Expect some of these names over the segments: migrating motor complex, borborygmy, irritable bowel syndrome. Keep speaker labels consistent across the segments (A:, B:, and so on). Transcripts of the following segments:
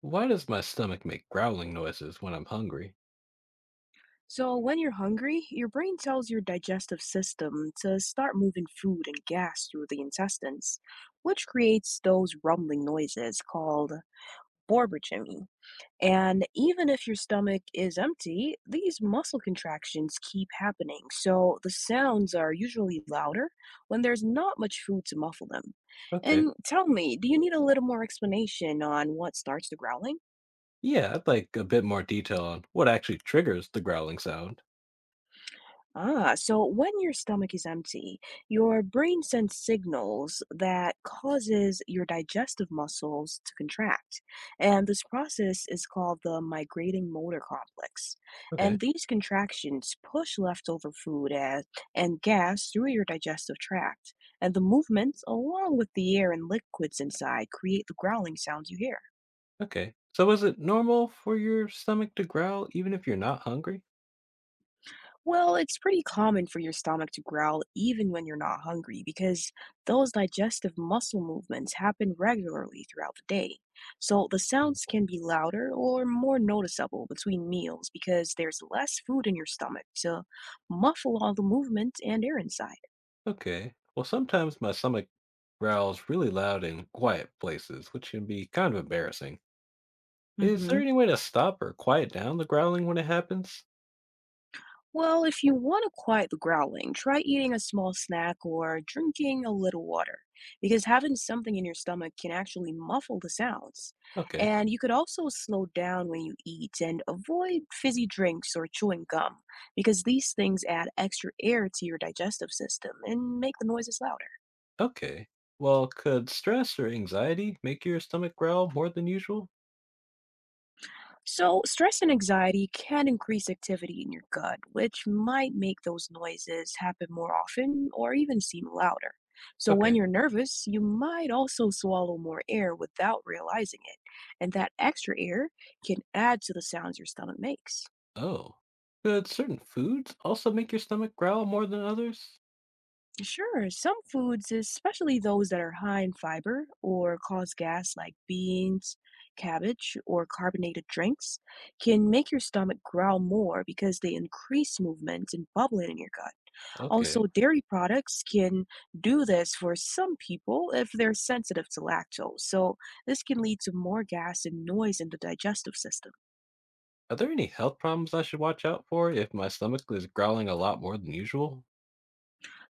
A: Why does my stomach make growling noises when I'm hungry?
B: So, when you're hungry, your brain tells your digestive system to start moving food and gas through the intestines, which creates those rumbling noises called borborygmy. And even if your stomach is empty, these muscle contractions keep happening. So, the sounds are usually louder when there's not much food to muffle them.
A: Okay.
B: And tell me, do you need a little more explanation on what starts the growling?
A: Yeah, I'd like a bit more detail on what actually triggers the growling sound.
B: Ah, so when your stomach is empty, your brain sends signals that causes your digestive muscles to contract. And this process is called the migrating motor complex.
A: Okay.
B: And these contractions push leftover food and gas through your digestive tract. And the movements, along with the air and liquids inside, create the growling sound you hear.
A: Okay. So is it normal for your stomach to growl even if you're not hungry?
B: Well, it's pretty common for your stomach to growl even when you're not hungry because those digestive muscle movements happen regularly throughout the day. So the
A: Mm.
B: sounds can be louder or more noticeable between meals because there's less food in your stomach to muffle all the movement and air inside.
A: Okay. Well, sometimes my stomach growls really loud in quiet places, which can be kind of embarrassing.
B: Mm
A: Is there
B: hmm.
A: any way to stop or quiet down the growling when it happens?
B: Well, if you want to quiet the growling, try eating a small snack or drinking a little water, because having something in your stomach can actually muffle the sounds.
A: Okay.
B: And you could also slow down when you eat and avoid fizzy drinks or chewing gum, because these things add extra air to your digestive system and make the noises louder.
A: Okay. Well, could stress or anxiety make your stomach growl more than usual?
B: So, stress and anxiety can increase activity in your gut, which might make those noises happen more often or even seem louder. So, when
A: Okay.
B: you're nervous, you might also swallow more air without realizing it, and that extra air can add to the sounds your stomach makes.
A: Oh. Could certain foods also make your stomach growl more than others?
B: Sure, some foods, especially those that are high in fiber or cause gas like beans, cabbage, or carbonated drinks, can make your stomach growl more because they increase movement and bubbling in your gut.
A: Okay.
B: Also, dairy products can do this for some people if they're sensitive to lactose, so this can lead to more gas and noise in the digestive system.
A: Are there any health problems I should watch out for if my stomach is growling a lot more than usual?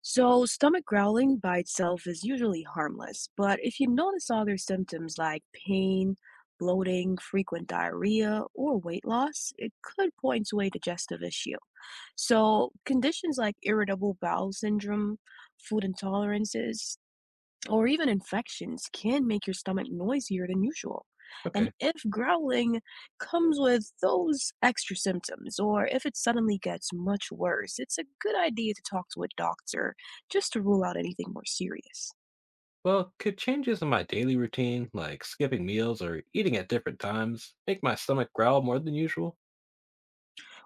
B: So, stomach growling by itself is usually harmless, but if you notice other symptoms like pain, bloating, frequent diarrhea, or weight loss, it could point to a digestive issue. So, conditions like irritable bowel syndrome, food intolerances, or even infections can make your stomach noisier than usual. And
A: Okay.
B: if growling comes with those extra symptoms, or if it suddenly gets much worse, it's a good idea to talk to a doctor just to rule out anything more serious.
A: Well, could changes in my daily routine, like skipping meals or eating at different times, make my stomach growl more than usual?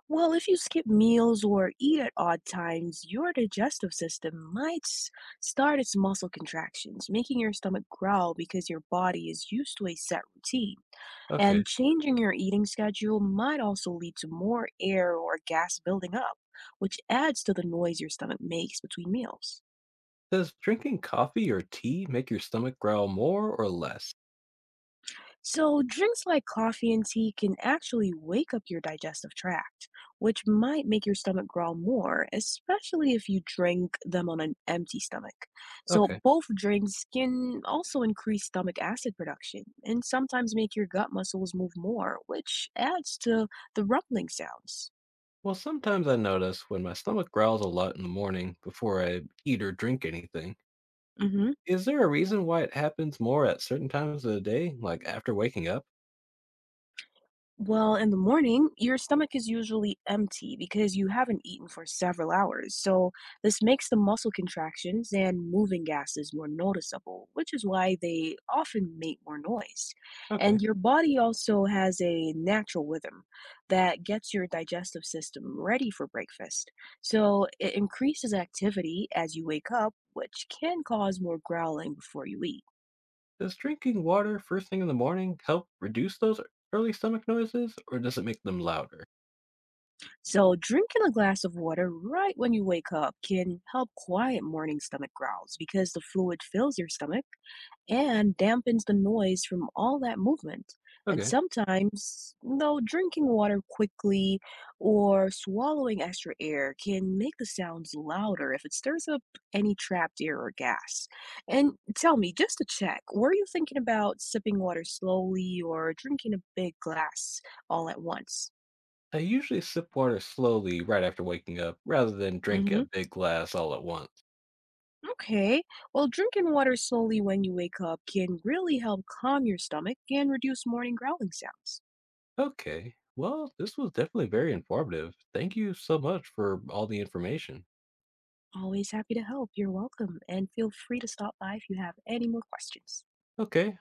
B: Well, if you skip meals or eat at odd times, your digestive system might start its muscle contractions, making your stomach growl because your body is used to a set routine.
A: Okay.
B: And changing your eating schedule might also lead to more air or gas building up, which adds to the noise your stomach makes between meals.
A: Does drinking coffee or tea make your stomach growl more or less?
B: So, drinks like coffee and tea can actually wake up your digestive tract, which might make your stomach growl more, especially if you drink them on an empty stomach. So,
A: Okay.
B: both drinks can also increase stomach acid production and sometimes make your gut muscles move more, which adds to the rumbling sounds.
A: Well, sometimes I notice when my stomach growls a lot in the morning before I eat or drink anything.
B: Mhm.
A: Is there a reason why it happens more at certain times of the day, like after waking up?
B: Well, in the morning, your stomach is usually empty because you haven't eaten for several hours. So, this makes the muscle contractions and moving gases more noticeable, which is why they often make more noise.
A: Okay.
B: And your body also has a natural rhythm that gets your digestive system ready for breakfast. So, it increases activity as you wake up, which can cause more growling before you eat.
A: Does drinking water first thing in the morning help reduce those early stomach noises, or does it make them louder?
B: So, drinking a glass of water right when you wake up can help quiet morning stomach growls because the fluid fills your stomach and dampens the noise from all that movement. And
A: Okay.
B: sometimes, though, drinking water quickly or swallowing extra air can make the sounds louder if it stirs up any trapped air or gas. And tell me, just to check, were you thinking about sipping water slowly or drinking a big glass all at once?
A: I usually sip water slowly right after waking up rather than drinking a
B: Hmm.
A: big glass all at once.
B: Okay, well, drinking water slowly when you wake up can really help calm your stomach and reduce morning growling sounds.
A: Okay. Well, this was definitely very informative. Thank you so much for all the information.
B: Always happy to help. You're welcome, and feel free to stop by if you have any more questions.
A: Okay.